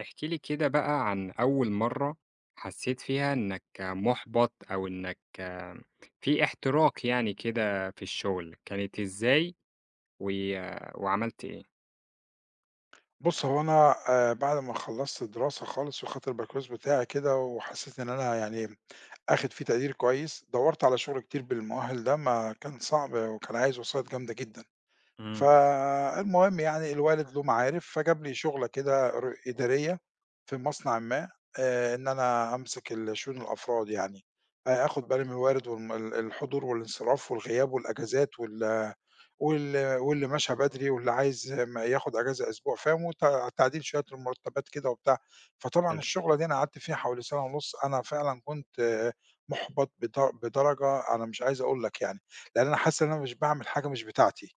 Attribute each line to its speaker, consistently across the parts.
Speaker 1: احكِ لي كده بقى عن أول مرّة حسّيت فيها إنّك مُحبَط أو إنّك في احتراق يعني كده في الشغل، كانت إزاي و وعملت إيه؟
Speaker 2: بُص، هو أنا بعد ما خلّصت دراسة خالص وخدت البكالوريوس بتاعي كده وحسّيت إن أنا يعني آخد فيه تقدير كويس، دَوّرت على شُغل كتير بالمؤهل ده ما كان صعب وكان عايز وسايط جامدة جدًا.
Speaker 1: إمم.
Speaker 2: فالمهم يعني الوالد له معارف، فجاب لي شُغلة كده إدارية في مصنع ما، إن أنا أمسك شؤون الأفراد يعني، آخُد بالي من الوارد والم ال الحضور والانصراف والغياب والأجازات واللي مشى بدري واللي عايز ياخد إجازة أسبوع فاهم، تعديل شوية المرتبات كده وبتاع. فطبعًا
Speaker 1: حلو.
Speaker 2: الشغلة دي أنا قعدت فيها حوالي سَنة ونُص، أنا فعلًا كنت مُحبَط بدرجة أنا مش عايز أقول لك يعني، لإن أنا حاسس إن أنا مش باعمل حاجة مش بتاعتي.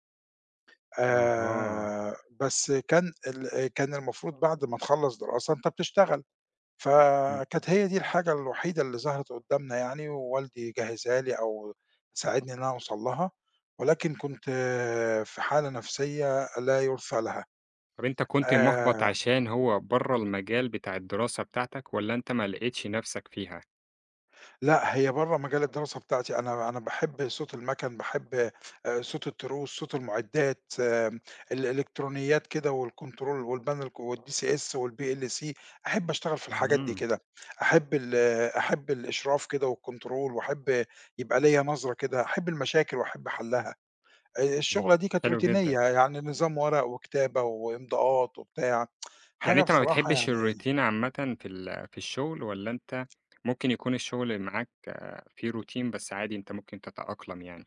Speaker 1: أها.
Speaker 2: بس كان المفروض بعد ما تخلّص دراسة أنت بتشتغل.
Speaker 1: إمم.
Speaker 2: فكانت هي دي الحاجة الوحيدة اللي ظهرت قدّامنا يعني، ووالدي جهّزها لي أو ساعدني إن أنا أوصل لها، ولكن كنت في حالة نفسية لا يُرثى لها.
Speaker 1: طَب أنت كنت مُحبَط
Speaker 2: آآ
Speaker 1: عشان هو برّه المجال بتاع الدراسة بتاعتك والّا أنت ما لقيتش نَفْسك فيها؟
Speaker 2: لأ، هي برّه مجال الدراسة بتاعتي، أنا باحب صوت المَكَن، باحب صوت التروس، صوت المُعدّات، الإلكترونيات كده والكنترول والبانل والDCS والPLC، أحب أشتغل في الحاجات دي
Speaker 1: إمم.
Speaker 2: كده، أحب ال آه، أحب الإشراف كده والكنترول وأحب يبقى ليّا نظرة كده، أحب المشاكل وأحب حَلّها.
Speaker 1: إمم.
Speaker 2: الشُغلة دي كانت
Speaker 1: حلو جدًا.
Speaker 2: روتينية، يعني نظام ورق وكتابة وإمضاءات وبتاع،
Speaker 1: يعني
Speaker 2: حاجة
Speaker 1: أنت ما
Speaker 2: بصراحة
Speaker 1: بتحبش
Speaker 2: يعني.
Speaker 1: الروتين عامةً في الشغل، والّا أنت ممكن يكون الشغل معاك فيه روتين بس عادي أنت ممكن تتأقلم يعني؟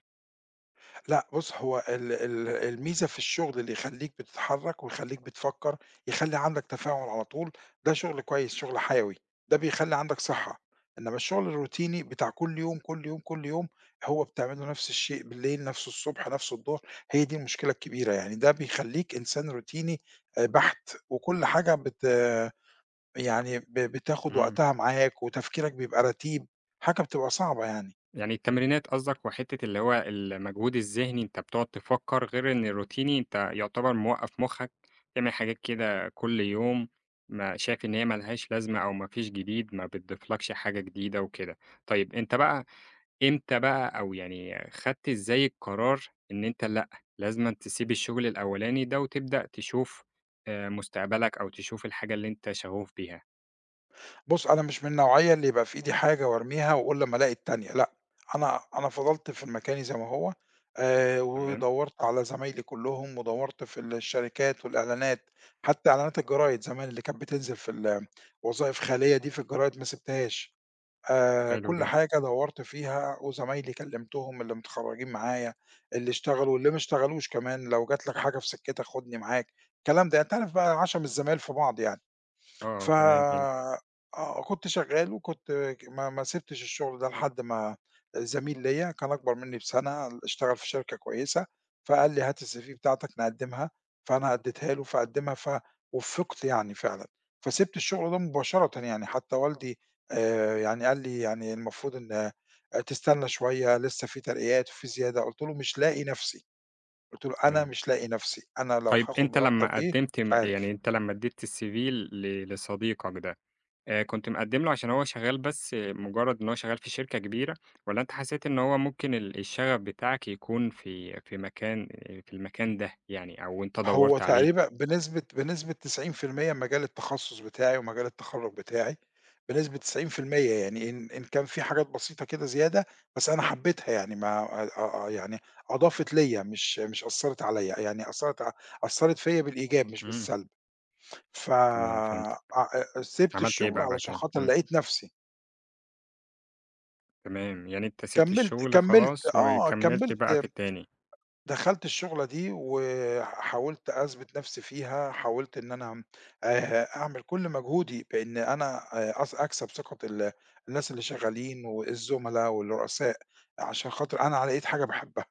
Speaker 2: لأ بُص، هو ال ال الميزة في الشغل اللي يخلّيك بتتحرّك ويخلّيك بتفكّر، يخلّي عندك تفاعل على طول، ده شغل كويس، شغل حيوي، ده بيخلّي عندك صحّة، إنّما الشغل الروتيني بتاع كل يوم، كل يوم، كل يوم، هو بتعمله نفس الشيء بالليل، نفسه الصبح، نفسه الضهر، هي دي المشكلة الكبيرة، يعني ده بيخلّيك إنسان روتيني بَحت، وكل حاجة بت آه، يعني بتاخُد
Speaker 1: إمم،
Speaker 2: وقتها معاك وتفكيرك بيبقى رتيب، حاجة بتبقى صعبة يعني.
Speaker 1: يعني التمرينات قصدك وحتة اللي هو المجهود الذهني أنت بتقعد تفكّر، غير إن الروتيني أنت يعتبر موقّف مخّك تعمل حاجات كده كل يوم، ما شايف إن هي ما لهاش لازمة أو ما فيش جديد، ما بتضيفلكش حاجة جديدة وكده. طيب أنت بقى، إمتى بقى أو يعني خدت إزاي القرار إن أنت لأ، لازمًا تسيب الشغل الأولاني ده وتبدأ تشوف مستقبلك أو تشوف الحاجة اللي أنت شغوف بيها،
Speaker 2: بُص، أنا مش من النوعية اللي يبقى في إيدي حاجة وارميها واقول لمّا الاقي التانية، لأ، أنا فضلت في مكاني زي ما هو،
Speaker 1: تمام؟
Speaker 2: ودوّرت على زمايلي كلّهم، ودوّرت في الشركات والإعلانات، حتى إعلانات الجرايد زمان اللي كانت بتنزل في وظائف خالية دي في الجرايد ما سِبتهاش،
Speaker 1: حلو
Speaker 2: كل
Speaker 1: جدًا.
Speaker 2: حاجة دوّرت فيها وزمايلي كلّمتهم اللي متخرّجين معايا، اللي اشتغلوا واللي ما اشتغلوش كمان، لو جات لك حاجة في سكّتك خُدني معاك، الكلام ده، يعني أنت عارف بقى عَشَم الزمايل في بعض يعني.
Speaker 1: آه، آه،
Speaker 2: ف
Speaker 1: تمام، حلو،
Speaker 2: آه، كنت شغّال وكنت ك ما ما سِبتش الشغل ده لحد ما زميل ليّا كان أكبر منّي بسَنة اشتغل في شركة كويسة، فقال لي: "هات الCV بتاعتك نقدّمها." فأنا أدّيتها له فقدّمها فوُفِّقت يعني فعلًا، فسِبت الشغل ده مباشرةً يعني حتى والدي يعني قال لي: "يعني المفروض إن تستنى شوية لسّه في ترقيات وفي زيادة." قُلت له: "مش لاقي نَفْسي." قُلت له: "أنا
Speaker 1: تمام.
Speaker 2: مش لاقي نَفْسي، أنا لو
Speaker 1: طيب
Speaker 2: هاخُد
Speaker 1: أنت
Speaker 2: مُرتّب
Speaker 1: لمّا
Speaker 2: إيه
Speaker 1: قدّمت
Speaker 2: مش
Speaker 1: م يعني
Speaker 2: عارف."
Speaker 1: أنت لمّا ادّيت الCV لصديقك ده، كنت مقدّم له عشان هو شغال بس مجرد إن هو شغال في شركة كبيرة، والّا أنت حسيت إن هو ممكن الشغف بتاعك يكون في المكان ده يعني أو أنت
Speaker 2: هو
Speaker 1: دوّرت عليه؟
Speaker 2: تقريبًا بنسبة 90% مجال التخصُّص بتاعي ومجال التخرُّج بتاعي، بنسبة 90% يعني إن كان في حاجات بسيطة كده زيادة، بس أنا حبّيتها يعني ما أ أ يعني أضافت ليّا، مش أثّرت عليّا، يعني أثّرت فيّا بالإيجاب مش
Speaker 1: إمم،
Speaker 2: بالسلب، ف
Speaker 1: تمام،
Speaker 2: أ
Speaker 1: فهمت.
Speaker 2: أ سِبت
Speaker 1: عملت إيه
Speaker 2: الشُغل
Speaker 1: بقى بعد
Speaker 2: علشان
Speaker 1: كده؟
Speaker 2: خاطر
Speaker 1: إمم،
Speaker 2: لقيت نَفْسي،
Speaker 1: تمام، يعني أنت سِبت
Speaker 2: كمّلت
Speaker 1: الشغل
Speaker 2: كمّلت
Speaker 1: خلاص
Speaker 2: آه،
Speaker 1: وكمّلت
Speaker 2: كمّلت
Speaker 1: بقى في التاني.
Speaker 2: دخلت الشُغلة دي وحاولت أثبِت نَفْسي فيها، حاولت إن أنا أعمل كل مجهودي بإن أنا أص أكسب ثقة الناس اللي شغّالين والزُملا والرؤساء، عشان خاطر أنا على إيد حاجة باحبها.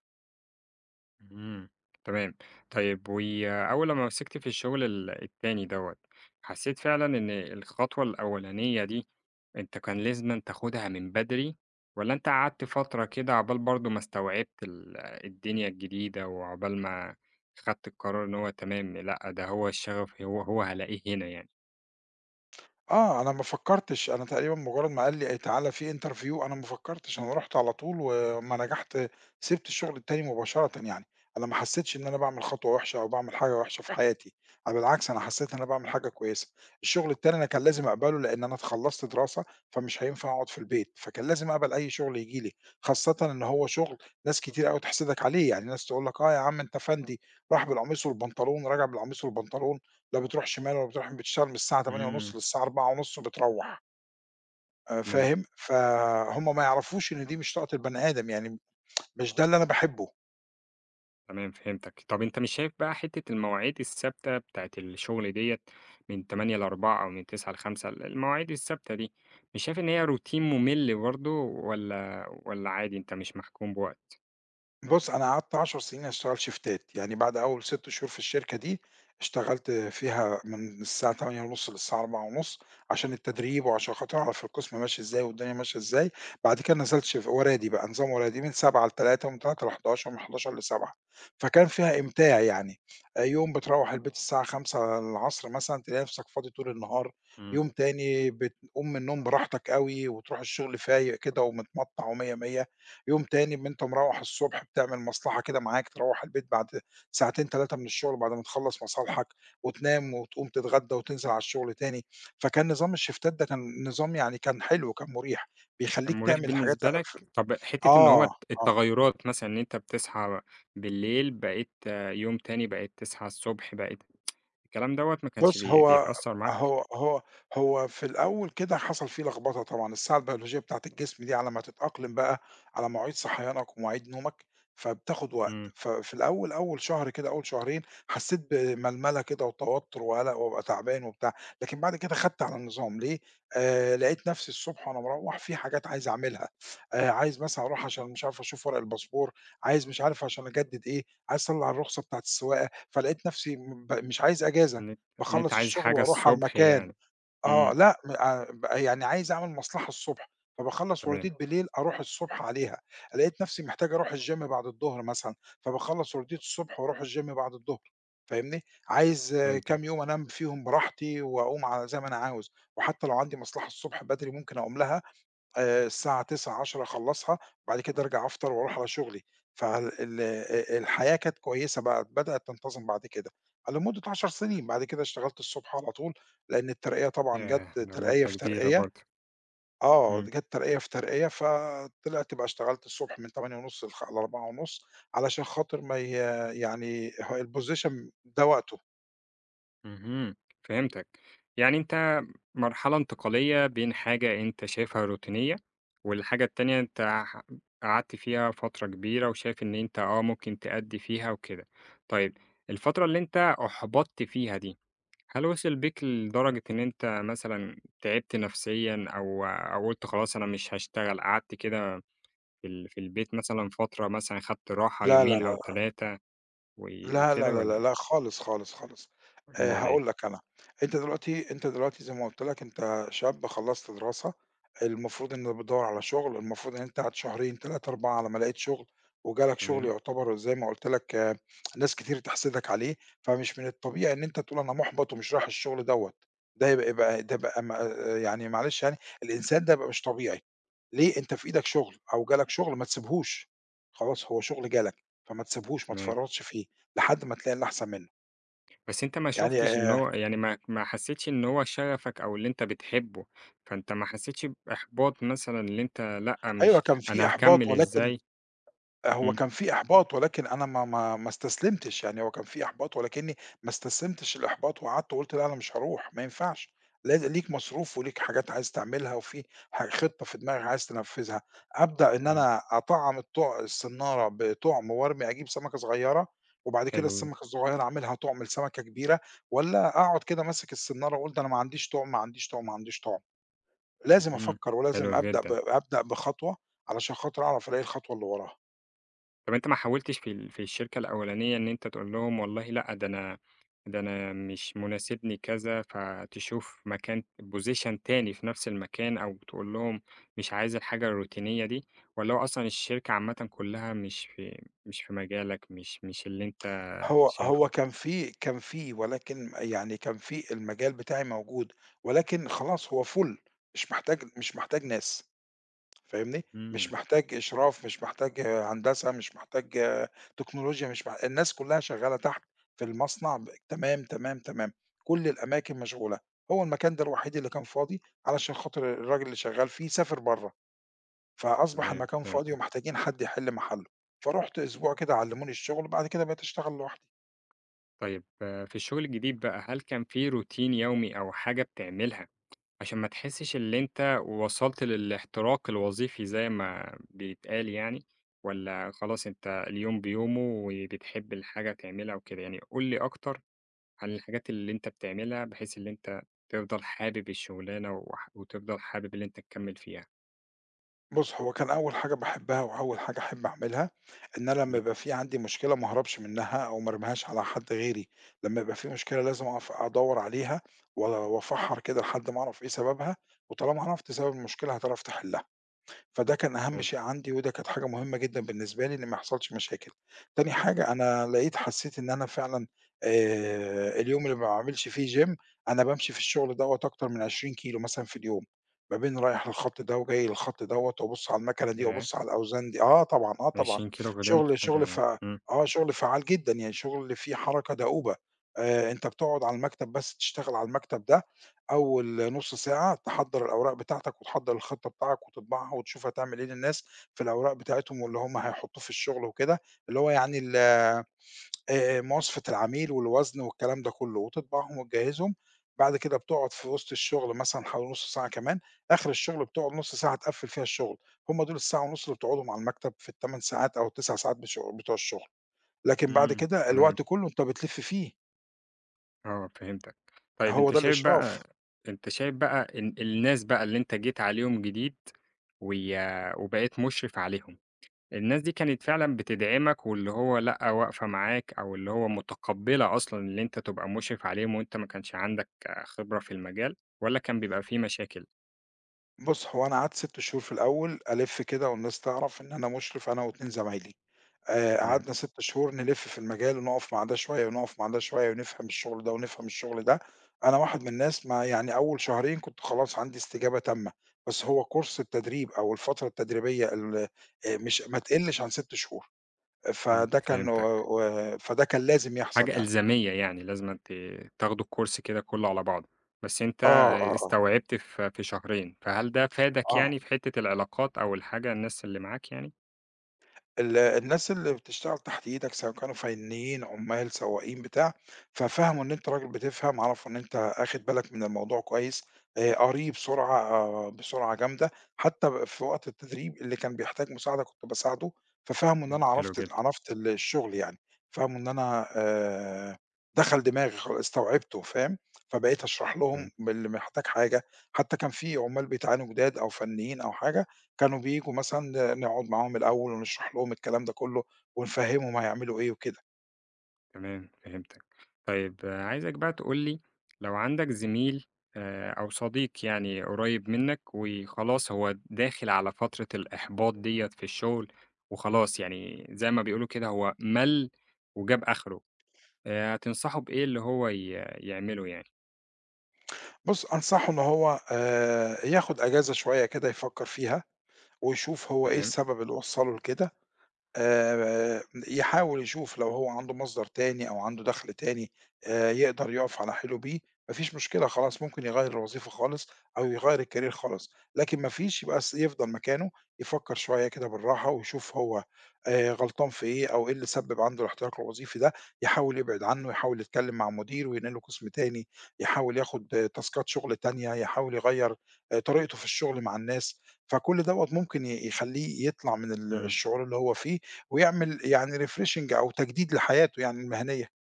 Speaker 1: إمم، تمام. طيب، وأول لمّا مسكت في الشغل التاني دوّة، حسّيت فعلًا إن الخطوة الأولانية دي أنت كان لازمًا تاخدها من بدري، والّا أنت قعدت فترة كده عقبال برضه ما استوعبت الدنيا الجديدة، وعقبال ما خدت القرار إن هو تمام؟ لأ، ده هو الشغف، هو هالاقيه هنا يعني؟
Speaker 2: آه، أنا ما فكّرتش، أنا تقريبًا مجرّد ما قال لي: "تعالَ في interview" أنا ما فكّرتش، أنا رُحت على طول وأمّا نجحت سِبت الشغل التاني مباشرةً يعني، أنا ما حسّيتش إن أنا باعمل خطوة وِحشة أو باعمل حاجة وِحشة في حياتي، أنا بالعكس أنا حسّيت إن أنا باعمل حاجة كويسة، الشغل التاني أنا كان لازم أقبله لإن أنا اتخلّصت دراسة، فمش هينفع أقعد في البيت، فكان لازم أقبل أي شغل ييجي لي، خاصةً إن هو شغل ناس كتير أوي تحسدك عليه، يعني ناس تقول لك: "آه يا عم أنت فَندي، راح بالقميص والبنطلون، راجع بالقميص والبنطلون." لا بتروح شمال ولا بتروح بتشتغل من الساعة
Speaker 1: إمم،
Speaker 2: 08:30 للساعة 16:30 بتروّح.
Speaker 1: تمام.
Speaker 2: فاهم؟ فهُم ما يعرفوش إن دي مش طاقة البني آدم، يعني مش ده اللي أنا باحبه.
Speaker 1: تمام، فهمتك. طب أنت مش شايف بقى حتّة المواعيد الثابتة بتاعة الشغل ديّة من 08:00 ل16:00 أو من 09:00 ل17:00 المواعيد الثابتة دي، مش شايف إن هي Routine مُمِل برضه، والّا عادي أنت مش محكوم بوقت؟
Speaker 2: بُص، أنا قعدت 10 سنين أشتغل شيفتات، يعني بعد أول 6 شهور في الشركة دي، اشتغلت فيها من الساعة 08:30 للساعة 16:30 عشان التدريب وعشان خاطر أعرف القسم ماشي إزاي والدنيا ماشية إزاي، بعد كده نزلت ورادي بقى، نظام ورادي من 07:00 ل15:00 ومن 15:00 ل11:00 ومن 11:00 ل19:00، فكان فيها إمتاع يعني، يوم بتروّح البيت الساعة 17:00 مثلًا تلاقي نفسك فاضي طول النهار،
Speaker 1: إمم.
Speaker 2: يوم تاني بتقوم من النوم براحتك أوي وتروح الشغل فايق كده ومتمطّع ومِيَّة مِيَّة. يوم تاني أما أنت مروّح الصبح بتعمل مصلحة كده معاك، تروّح البيت بعد ساعتين 3 من الشغل بعد ما تخلّص مصالحك، وتنام وتقوم تتغدى وتنزل على الشغل تاني، فكان نظام الشيفتات ده كان نظام يعني كان حلو، كان مُريح،
Speaker 1: كان
Speaker 2: بيخلّيك
Speaker 1: مريح
Speaker 2: تعمل حاجات.
Speaker 1: بالنسبة لك؟
Speaker 2: ف
Speaker 1: طب حتّة إن هو
Speaker 2: آه،
Speaker 1: الت
Speaker 2: آه.
Speaker 1: التغيُّرات مثلًا، إن أنت بتصحى بالليل بقيت يوم تاني بقيت تصحى الصبح، بقيت الكلام دوّة ما كانش
Speaker 2: بُص،
Speaker 1: بي بيأثّر معاك؟
Speaker 2: هو هو هو في الأول كده حصل في لخبطة طبعًا، الساعة البيولوجية بتاعة الجسم دي على ما تتأقلم بقى على مواعيد صحيانك ومواعيد نومك، فبتاخد وقت،
Speaker 1: إمم.
Speaker 2: ففي الأول أول شهر كده، أول شهرين حسيت بململة كده وتوتر وقلق وأبقى تعبان وبتاع، لكن بعد كده خدت على النظام ليه، لقيت نفسي الصبح وأنا مروّح في حاجات عايز أعملها، عايز مثلًا أروح عشان مش عارف أشوف ورق الباسبور، عايز مش عارف عشان أجدد إيه، عايز أطلّع الرخصة بتاعة السواقة، فلقيت نفسي مش عايز أجازة.
Speaker 1: إن أنت إن أنت
Speaker 2: باخلّص
Speaker 1: عايز
Speaker 2: الشغل
Speaker 1: حاجة
Speaker 2: وأروح على
Speaker 1: الصبح
Speaker 2: المكان،
Speaker 1: يعني.
Speaker 2: آه،
Speaker 1: إمم،
Speaker 2: لأ م ب يعني عايز أعمل مصلحة الصبح، فباخلّص
Speaker 1: تمام
Speaker 2: وردية بالليل أروح الصبح عليها، لقيت نفسي محتاج أروح الgym بعد الضهر مثلًا، فباخلّص وردية الصبح وأروح الgym بعد الضهر، فاهمني؟ عايز
Speaker 1: فهمتك.
Speaker 2: كام يوم أنام فيهم براحتي وأقوم على زي ما أنا عاوز، وحتى لو عندي مصلحة الصبح بدري ممكن أقوم لها الساعة 21:00، 22:00 أخلّصها، بعد كده أرجع أفطر وأروح على شغلي، فال ال الحياة كانت كويسة بقى، بدأت تنتظم بعد كده، على مدة 10 سنين، بعد كده اشتغلت الصبح على طول، لإن الترقية طبعًا جات
Speaker 1: ياه! ده
Speaker 2: ترقية
Speaker 1: مدة
Speaker 2: في
Speaker 1: كبيرة
Speaker 2: ترقية.
Speaker 1: برضه.
Speaker 2: آه،
Speaker 1: إمم،
Speaker 2: جات ترقية في ترقية، فطلعت بقى اشتغلت الصبح من 08:30 ل16:30، علشان خاطر ما ي يعني الposition ده وقته.
Speaker 1: اهم، فهمتك. يعني أنت، مرحلة انتقالية بين حاجة أنت شايفها روتينية، والحاجة التانية أنت ح قعدت فيها فترة كبيرة وشايف إن أنت ممكن تأدّي فيها وكده. طيب، الفترة اللي أنت أُحبطت فيها دي، هل وصل بيك لدرجة إن أنت مثلًا تعبت نفسيًا، أو قُلت خلاص أنا مش هاشتغل، قعدت كده في البيت مثلًا فترة، مثلًا خدت راحة
Speaker 2: لا، لا،
Speaker 1: يومين أو
Speaker 2: لا.
Speaker 1: 3 و
Speaker 2: لا، لا،
Speaker 1: وكده
Speaker 2: لا، لا،
Speaker 1: والّا
Speaker 2: لا خالص، خالص، خالص.
Speaker 1: أمال إيه؟
Speaker 2: هاقول لك أنا، أنت دلوقتي زي ما قُلت لك أنت شاب خلّصت دراسة، المفروض إن انت بتدوّر على شُغل، المفروض إن أنت قعدت شهرين 3، 4 على ما لقيت شُغل وجالك شُغل
Speaker 1: تمام،
Speaker 2: يعتبر زي ما قُلت لك آه، ناس كتير تحسدك عليه، فمش من الطبيعي إن أنت تقول أنا مُحبَط ومش رايح الشُغل دوّة، ده يبقى يعني معلش يعني الإنسان ده يبقى مش طبيعي. ليه؟ أنت في إيدك شغل أو جالك شغل ما تسيبهوش، خلاص هو شغل جالك، فما تسيبهوش ما
Speaker 1: تمام.
Speaker 2: تفرّطش فيه، لحد ما تلاقي اللي أحسن منّه،
Speaker 1: بس أنت ما
Speaker 2: يعني
Speaker 1: شُفتش إن هو، يعني ما حسّيتش إن هو شغفك أو اللي أنت بتحبّه، فأنت ما حسّيتش بإحباط مثلًا، اللي أنت لأ،
Speaker 2: أيوه
Speaker 1: مش
Speaker 2: كان في
Speaker 1: أنا
Speaker 2: إحباط
Speaker 1: هاكمّل
Speaker 2: ولكن
Speaker 1: إزاي؟
Speaker 2: هو
Speaker 1: إمم،
Speaker 2: كان في إحباط، ولكن أنا ما استسلمتش، يعني هو كان في إحباط ولكنّي ما استسلمتش للإحباط وقعدت وقُلت لأ، أنا مش هاروح، ما ينفعش، ليك مصروف وليك حاجات عايز تعملها وفي خطة في دماغك عايز تنفّذها، أبدأ إن
Speaker 1: إمم،
Speaker 2: أنا أطعّم الصنارة بطُعم وارمي أجيب سمكة صغيّرة، وبعد كده
Speaker 1: حلو،
Speaker 2: السمكة الصغيّرة أعملها طُعم لسمكة كبيرة، والّا أقعد كده ماسك الصنارة وأقول ده أنا ما عنديش طُعم، ما عنديش طُعم، ما عنديش طُعم، لازم
Speaker 1: اهم،
Speaker 2: أفكّر
Speaker 1: حلو
Speaker 2: ولازم
Speaker 1: جدًا.
Speaker 2: أبدأ بخطوة علشان خاطر أعرف ألاقي الخطوة اللي وراها.
Speaker 1: طب أنت ما حاولتش في الشركة الأولانية إن أنت تقول لهم والله لأ، ده أنا مش مناسبني كذا، فتشوف مكان position تاني في نفس المكان، أو تقول لهم مش عايز الحاجة الروتينية دي، والّا هو أصلًا الشركة عامةً كلها مش في مجالك، مش اللي أنت
Speaker 2: هو
Speaker 1: شايفه؟
Speaker 2: كان في ولكن يعني كان في المجال بتاعي موجود، ولكن خلاص هو full، مش محتاج ناس، فاهمني؟
Speaker 1: إمم،
Speaker 2: مش محتاج إشراف، مش محتاج هندسة، مش محتاج تكنولوجيا، مش مح الناس كلّها شغّالة تحت في المصنع تمام، تمام، تمام، كل الأماكن مشغولة، هو المكان ده الوحيد اللي كان فاضي علشان خاطر الراجل اللي شغّال فيه سافر برّه، فأصبح
Speaker 1: تمام،
Speaker 2: المكان فاضي
Speaker 1: فهمتك.
Speaker 2: ومحتاجين حد يحل محلّه، فرُحت أسبوع كده علّموني الشغل وبعد كده بقيت أشتغل لوحدي.
Speaker 1: طيب، في الشغل الجديد بقى، هل كان في روتين يومي أو حاجة بتعملها عشان ما تحسّش اللي أنت وصلت للاحتراق الوظيفي زي ما بيتقال يعني، والّا خلاص أنت اليوم بيومه وبتحب الحاجة تعملها وكده، يعني قُل لي أكتر عن الحاجات اللي أنت بتعملها، بحيث اللي أنت تفضل حابب الشغلانة وتفضل حابب اللي أنت تكمّل فيها؟
Speaker 2: بُص، هو كان أول حاجة باحبها وأول حاجة أحب أعملها، إن أنا لمّا
Speaker 1: إمم،
Speaker 2: يبقى في عندي مشكلة ما اهربش منها أو ما أرميهاش على حد غيري، لمّا يبقى في مشكلة لازم أقف أدوّر عليها وأفحّر كده لحد ما أعرف إيه سببها، وطالما عرفت سبب المشكلة هتعرف تحلها. فده كان أهم
Speaker 1: حلو،
Speaker 2: شيء عندي، وده كانت حاجة مهمة جدًا بالنسبة لي إن ما يحصلش مشاكل. تاني حاجة أنا لقيت حسّيت إن أنا فعلًا اليوم اللي ما باعملش فيه gym أنا بامشي في الشغل دوّة أكتر من 20 كيلو مثلًا في اليوم، ما بين رايح للخط ده وجاي للخط دوّة، وأبُص على المكنة دي
Speaker 1: ياه!
Speaker 2: وأبُص على الأوزان دي آه طبعًا، آه طبعًا.
Speaker 1: 20 كيلو في اليوم
Speaker 2: شغل شغل
Speaker 1: حاجة؟
Speaker 2: ف
Speaker 1: إمم،
Speaker 2: آه، شغل فعّال جدًا، يعني شغل اللي فيه حركة دؤوبة. أنت بتقعد على المكتب بس تشتغل على المكتب ده أول نُص ساعة تحضّر الأوراق بتاعتك وتحضّر الخطّة بتاعك وتطبعها وتشوف هتعمل إيه للناس في الأوراق بتاعتهم واللي هم هيحطّوه في الشغل وكده، اللي هو يعني ال مواصفة العميل والوزن والكلام ده كُلّه وتطبعهم وتجهّزهم، بعد كده بتقعد في وسط الشغل مثلًا حوالي نُص ساعة كمان، آخِر الشغل بتقعد نُص ساعة تقفّل فيها الشغل، هم دول الساعة ونُص اللي بتقعدهم على المكتب في ال8 ساعات أو ال9 ساعات بتوع الشغل، لكن بعد
Speaker 1: إمم،
Speaker 2: كده
Speaker 1: تمام.
Speaker 2: الوقت كُلّه أنت بتلِف فيه،
Speaker 1: آه، فهمتك. طيب
Speaker 2: هو
Speaker 1: أنت
Speaker 2: ده
Speaker 1: شايف
Speaker 2: الإشراف.
Speaker 1: بقى أنت شايف بقى إن الناس بقى اللي أنت جيت عليهم جديد وي وبقيت مُشرف عليهم، الناس دي كانت فعلًا بتدعمك، واللي هو لأ، واقفة معاك، أو اللي هو متقبّلة أصلًا إن أنت تبقى مُشرف عليهم وأنت ما كانش عندك خبرة في المجال، والّا كان بيبقى في مشاكل؟
Speaker 2: بُص، هو أنا قعدت 6 شهور في الأول ألِف كده والناس تعرف إن أنا مُشرف أنا و2 زمايلي،
Speaker 1: تمام،
Speaker 2: قعدنا 6 شهور نلِف في المجال ونُقف مع ده شوية ونُقف مع ده شوية ونفهم الشغل ده ونفهم الشغل ده، أنا واحد من الناس ما يعني أول شهرين كنت خلاص عندي استجابة تامة، بس هو كورس التدريب أو الفترة التدريبية ال مش ما تقلِّش عن 6 شهور،
Speaker 1: إمم،
Speaker 2: فده كان و
Speaker 1: فهمتك.
Speaker 2: فده كان لازم يحصل
Speaker 1: حاجة
Speaker 2: يعني.
Speaker 1: إلزامية يعني لازمًا تاخدوا الكورس كده كلّه على بعضه، بس أنت
Speaker 2: آه، آه، آه،
Speaker 1: استوعبت في شهرين، فهل ده فادك
Speaker 2: آه.
Speaker 1: يعني في حتّة العلاقات أو الحاجة الناس اللي معاك يعني؟
Speaker 2: الناس اللي بتشتغل تحت إيدك سواء كانوا فنيين، عمال، سواقين، بتاع، ففهموا إن أنت راجل بتفهم، عرفوا إن أنت آخد بالك من الموضوع كويس، قاريه بسرعة بسرعة جامدة، حتى في وقت التدريب اللي كان بيحتاج مساعدة كنت باساعده، ففهموا إن
Speaker 1: إمم،
Speaker 2: أنا
Speaker 1: حلو
Speaker 2: عرفت
Speaker 1: جدًا،
Speaker 2: عرفت ال الشغل يعني، فهموا إن أنا دخل دماغي استوعبته فاهم، فبقيت أشرح لهم
Speaker 1: فهمت،
Speaker 2: باللي محتاج حاجة، حتى كان في عمال بيتعانوا جداد أو فنيين أو حاجة كانوا بييجوا مثلًا نقعد معاهم الأول ونشرح لهم الكلام ده كله، ونفهّمهم هيعملوا إيه وكده.
Speaker 1: تمام فهمتك. طيب، عايزك بقى تقول لي، لو عندك زميل أو صديق يعني قريب منك وخلاص هو داخل على فترة الإحباط ديّة في الشغل، وخلاص يعني زي ما بيقولوا كده هو مَل وجاب آخره، هتنصحه بإيه اللي هو يعمله يعني؟
Speaker 2: بُص، أنصحه إن هو ياخد أجازة شوية كده يفكّر فيها، ويشوف هو إيه
Speaker 1: تمام،
Speaker 2: السبب اللي وصّله لكده، آآ يحاول يشوف لو هو عنده مصدر تاني أو عنده دخل تاني يقدر يُقف على حيله بيه، ما فيش مشكلة خلاص ممكن يغيّر الوظيفة خالص أو يغيّر الcareer خالص، لكن ما فيش يبقى يفضل مكانه، يفكّر شوية كده بالراحة ويشوف هو غلطان في إيه أو إيه اللي سبِّب عنده الاحتراق الوظيفي ده، يحاول يبعد عنه، يحاول يتكلّم مع مديره وينقله قِسم تاني، يحاول ياخُد تاسكات شُغل تانية، يحاول يغيّر طريقته في الشُغل مع الناس، فكل دوّة ممكن يخلّيه يطلع من
Speaker 1: إمم،
Speaker 2: الشعور اللي هو فيه ويعمل يعني refreshing أو تجديد لحياته يعني المهنية.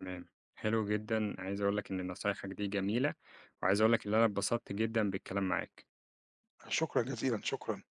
Speaker 1: تمام، حلو جدًا، عايز أقول لك إن نصايحك دي جميلة، وعايز أقول لك إن أنا اتبسطت جدًا بالكلام معاك.
Speaker 2: شكرًا جزيلًا، شكرًا.